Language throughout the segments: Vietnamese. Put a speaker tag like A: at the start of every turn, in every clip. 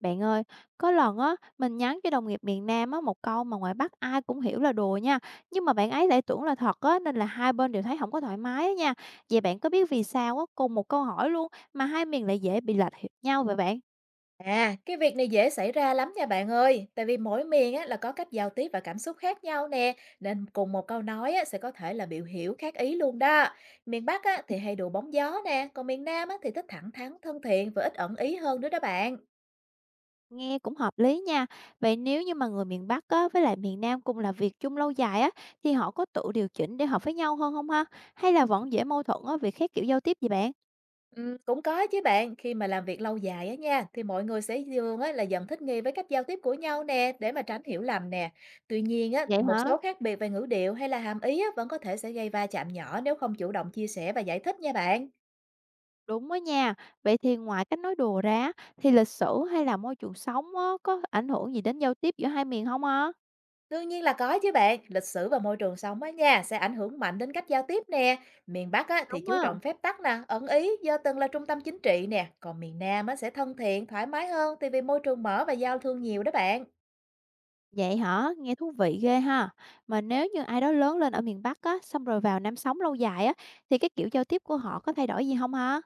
A: Bạn ơi, có lần á, mình nhắn cho đồng nghiệp miền Nam á, một câu mà ngoài Bắc ai cũng hiểu là đùa nha. Nhưng mà bạn ấy lại tưởng là thật á, nên là hai bên đều thấy không có thoải mái á nha. Vậy bạn có biết vì sao á, cùng một câu hỏi luôn mà hai miền lại dễ bị lệch hiểu nhau vậy bạn?
B: À, cái việc này dễ xảy ra lắm nha bạn ơi, tại vì mỗi miền á, là có cách giao tiếp và cảm xúc khác nhau nè, nên cùng một câu nói á, sẽ có thể là biểu hiểu khác ý luôn đó. Miền Bắc á, thì hay đùa bóng gió nè, còn miền Nam á, thì thích thẳng thắn, thân thiện và ít ẩn ý hơn nữa đó bạn.
A: Nghe cũng hợp lý nha. Vậy nếu như mà người miền Bắc á, với lại miền Nam cùng làm việc chung lâu dài á, thì họ có tự điều chỉnh để hợp với nhau hơn không ha? Hay là vẫn dễ mâu thuẫn á, vì khác kiểu giao tiếp vậy bạn?
B: Ừ, cũng có chứ bạn, khi mà làm việc lâu dài á nha, thì mọi người sẽ là dần thích nghi với cách giao tiếp của nhau nè, để mà tránh hiểu lầm nè. Tuy nhiên á,
A: Vậy
B: thì một
A: hả?
B: số khác biệt về ngữ điệu hay là hàm ý á, vẫn có thể sẽ gây va chạm nhỏ nếu không chủ động chia sẻ và giải thích nha bạn.
A: Đúng đó nha. Vậy thì ngoài cách nói đùa ra thì lịch sử hay là môi trường sống á, có ảnh hưởng gì đến giao tiếp giữa hai miền không ha?
B: Đương nhiên là có chứ bạn, lịch sử và môi trường sống á nha sẽ ảnh hưởng mạnh đến cách giao tiếp nè. Miền Bắc á thì
A: Đúng
B: chú
A: á.
B: trọng phép tắc nè, ẩn ý do từng là trung tâm chính trị nè, còn miền Nam á sẽ thân thiện, thoải mái hơn tại vì môi trường mở và giao thương nhiều đó bạn.
A: Vậy hả? Nghe thú vị ghê ha. Mà nếu như ai đó lớn lên ở miền Bắc á, xong rồi vào Nam sống lâu dài á, thì cái kiểu giao tiếp của họ có thay đổi gì không ha?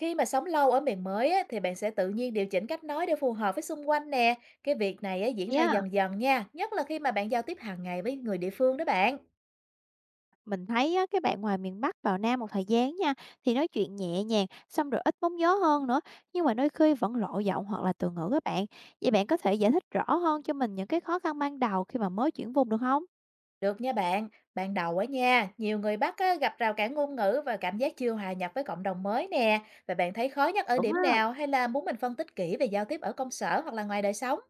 B: Khi mà sống lâu ở miền mới á thì bạn sẽ tự nhiên điều chỉnh cách nói để phù hợp với xung quanh nè. Cái việc này á diễn
A: Vậy
B: ra
A: á.
B: dần dần nha, nhất là khi mà bạn giao tiếp hàng ngày với người địa phương đó bạn.
A: Mình thấy á, cái bạn ngoài miền Bắc vào Nam một thời gian nha, thì nói chuyện nhẹ nhàng, xong rồi ít bóng gió hơn nữa, nhưng mà đôi khi vẫn lộ giọng hoặc là từ ngữ các bạn. Vậy bạn có thể giải thích rõ hơn cho mình những cái khó khăn ban đầu khi mà mới chuyển vùng được không?
B: Được nha bạn, ban đầu á nha, nhiều người Bắc á, gặp rào cản ngôn ngữ và cảm giác chưa hòa nhập với cộng đồng mới nè. Và bạn thấy khó nhất ở
A: Chuẩn
B: điểm
A: á.
B: nào, hay là muốn mình phân tích kỹ về giao tiếp ở công sở hoặc là ngoài đời sống?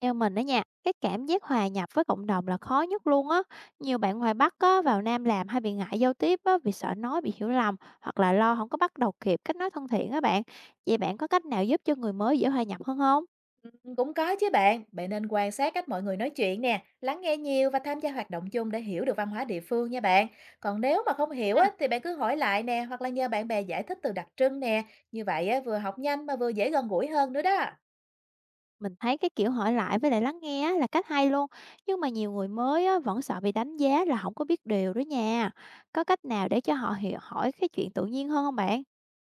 A: Theo mình đó nha, cái cảm giác hòa nhập với cộng đồng là khó nhất luôn á. Nhiều bạn ngoài Bắc á, vào Nam làm hay bị ngại giao tiếp á, vì sợ nói bị hiểu lầm hoặc là lo không có bắt đầu kịp cách nói thân thiện á bạn. Vậy bạn có cách nào giúp cho người mới dễ hòa nhập hơn không?
B: Ừ, cũng có chứ bạn, bạn nên quan sát cách mọi người nói chuyện nè, lắng nghe nhiều và tham gia hoạt động chung để hiểu được văn hóa địa phương nha bạn. Còn nếu mà không hiểu
A: À,
B: á, thì bạn cứ hỏi lại nè, hoặc là nhờ bạn bè giải thích từ đặc trưng nè. Như vậy á, vừa học nhanh mà vừa dễ gần gũi hơn nữa đó.
A: mình thấy cái kiểu hỏi lại với lại lắng nghe á, là cách hay luôn. Nhưng mà nhiều người mới á, vẫn sợ bị đánh giá là không có biết điều đó nha. Có cách nào để cho họ hiểu hỏi cái chuyện tự nhiên hơn không bạn?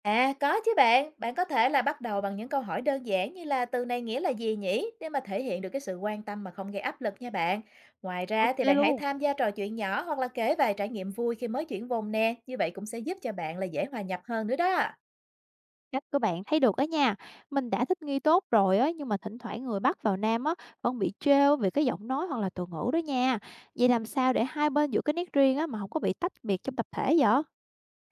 B: À, có chứ bạn. Bạn có thể là bắt đầu bằng những câu hỏi đơn giản, như là từ này nghĩa là gì nhỉ? Để mà thể hiện được cái sự quan tâm mà không gây áp lực nha bạn. Ngoài ra
A: Ok
B: thì bạn hãy
A: luôn.
B: tham gia trò chuyện nhỏ, hoặc là kể vài trải nghiệm vui khi mới chuyển vùng nè. Như vậy cũng sẽ giúp cho bạn là dễ hòa nhập hơn nữa đó.
A: Cách của bạn thấy được á nha. Mình đã thích nghi tốt rồi á, nhưng mà thỉnh thoảng người Bắc vào Nam á, vẫn bị trêu về cái giọng nói hoặc là từ ngữ đó nha. Vậy làm sao để hai bên giữ cái nét riêng á, mà không có bị tách biệt trong tập thể vậy?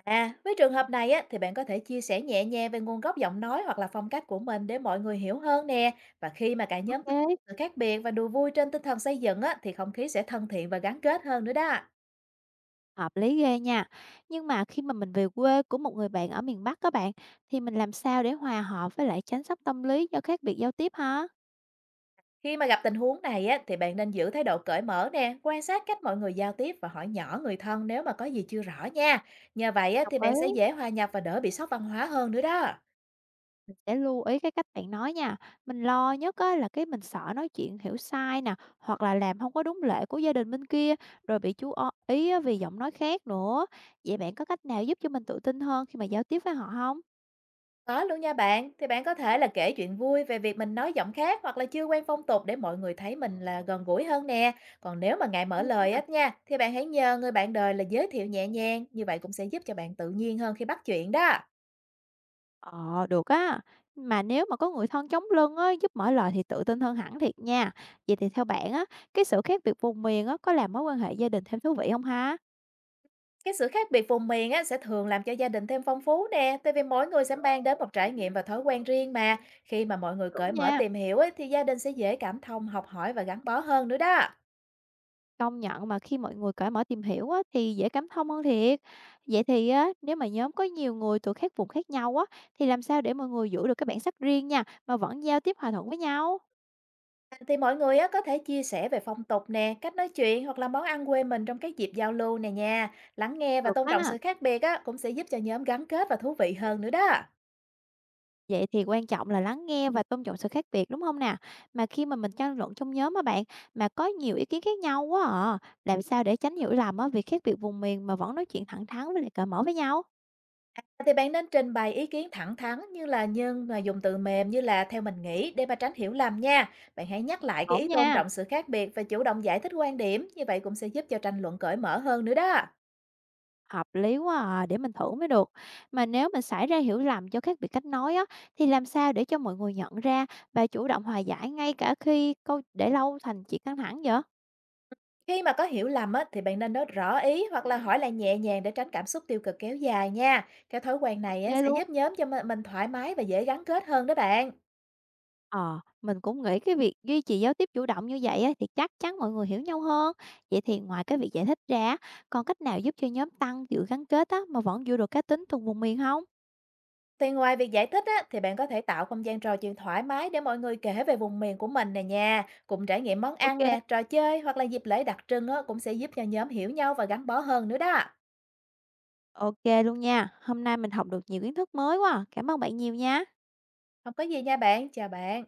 B: À, với trường hợp này á, thì bạn có thể chia sẻ nhẹ nhàng về nguồn gốc giọng nói hoặc là phong cách của mình, để mọi người hiểu hơn nè. Và khi mà cả nhóm có
A: Ok,
B: sự khác biệt và đùa vui trên tinh thần xây dựng á, thì không khí sẽ thân thiện và gắn kết hơn nữa đó.
A: hợp lý ghê nha. Nhưng mà khi mà mình về quê của một người bạn ở miền Bắc các bạn, thì mình làm sao để hòa hợp với lại tránh sốc tâm lý do khác biệt giao tiếp hả?
B: Khi mà gặp tình huống này á, thì bạn nên giữ thái độ cởi mở nè, quan sát cách mọi người giao tiếp và hỏi nhỏ người thân nếu mà có gì chưa rõ nha. Nhờ vậy á,
A: Đồng
B: thì bạn sẽ
A: ý.
B: dễ hòa nhập và đỡ bị sốc văn hóa hơn nữa đó.
A: Mình sẽ lưu ý cái cách bạn nói nha. Mình lo nhất á, là cái mình sợ nói chuyện hiểu sai nè, hoặc là làm không có đúng lệ của gia đình bên kia, rồi bị ý á, vì giọng nói khác nữa. Vậy bạn có cách nào giúp cho mình tự tin hơn khi mà giao tiếp với họ không?
B: Có luôn nha bạn, thì bạn có thể là kể chuyện vui về việc mình nói giọng khác, hoặc là chưa quen phong tục, để mọi người thấy mình là gần gũi hơn nè. Còn nếu mà ngại mở
A: Hay
B: lời
A: á.
B: á nha, thì bạn hãy nhờ người bạn đời là giới thiệu nhẹ nhàng, như vậy cũng sẽ giúp cho bạn tự nhiên hơn khi bắt chuyện đó.
A: Ờ, được á. Mà nếu mà có người thân chống lưng á, giúp mở lời thì tự tin hơn hẳn thiệt nha. Vậy thì theo bạn á, cái sự khác biệt vùng miền á, có làm mối quan hệ gia đình thêm thú vị không ha?
B: Cái sự khác biệt vùng miền á, sẽ thường làm cho gia đình thêm phong phú nè, tại vì mỗi người sẽ mang đến một trải nghiệm và thói quen riêng mà. Khi mà mọi người
A: Chuẩn
B: cởi mở
A: nha.
B: tìm hiểu ấy, thì gia đình sẽ dễ cảm thông, học hỏi và gắn bó hơn nữa đó.
A: Công nhận mà khi mọi người cởi mở tìm hiểu á, thì dễ cảm thông hơn thiệt. Vậy thì á, nếu mà nhóm có nhiều người từ các vùng khác nhau á, thì làm sao để mọi người giữ được cái bản sắc riêng nha, mà vẫn giao tiếp hòa thuận với nhau?
B: Thì mọi người á, có thể chia sẻ về phong tục nè, cách nói chuyện, hoặc là món ăn quê mình trong các dịp giao lưu nè nha. Lắng nghe và
A: Được
B: tôn trọng
A: á.
B: sự khác biệt á, cũng sẽ giúp cho nhóm gắn kết và thú vị hơn nữa đó.
A: Vậy thì quan trọng là lắng nghe và tôn trọng sự khác biệt đúng không nè? Mà khi mà mình tranh luận trong nhóm á bạn, mà có nhiều ý kiến khác nhau quá à, làm sao để tránh hiểu lầm á, vì khác biệt vùng miền mà vẫn nói chuyện thẳng thắn với lại cởi mở với nhau?
B: À, thì bạn nên trình bày ý kiến thẳng thắn, như là nhưng mà dùng từ mềm, như là theo mình nghĩ, để mà tránh hiểu lầm nha. Bạn hãy nhắc lại cái
A: Ổn
B: ý tôn
A: nha.
B: trọng sự khác biệt và chủ động giải thích quan điểm, như vậy cũng sẽ giúp cho tranh luận cởi mở hơn nữa đó.
A: Hợp lý quá à, để mình thử mới được. Mà nếu mình xảy ra hiểu lầm do khác biệt cách nói á, thì làm sao để cho mọi người nhận ra và chủ động hòa giải ngay cả khi câu để lâu thành chuyện căng thẳng vậy?
B: Khi mà có hiểu lầm á, thì bạn nên nói rõ ý, hoặc là hỏi lại nhẹ nhàng, để tránh cảm xúc tiêu cực kéo dài nha. Cái thói quen này á,
A: Ghê
B: sẽ
A: luôn.
B: giúp nhóm cho mình thoải mái và dễ gắn kết hơn đó bạn.
A: Ờ, mình cũng nghĩ cái việc duy trì giao tiếp chủ động như vậy á, thì chắc chắn mọi người hiểu nhau hơn. Vậy thì ngoài cái việc giải thích ra, còn cách nào giúp cho nhóm tăng sự gắn kết á, mà vẫn giữ được cá tính từng vùng miền không?
B: Thì ngoài việc giải thích á, thì bạn có thể tạo không gian trò chuyện thoải mái, để mọi người kể về vùng miền của mình nè nha. Cùng trải nghiệm món
A: Ok,
B: ăn nè, trò chơi, hoặc là dịp lễ đặc trưng á, cũng sẽ giúp cho nhóm hiểu nhau và gắn bó hơn nữa đó.
A: ok luôn nha. Hôm nay mình học được nhiều kiến thức mới quá. À. Cảm ơn bạn nhiều nha.
B: Không có gì nha bạn, chào bạn.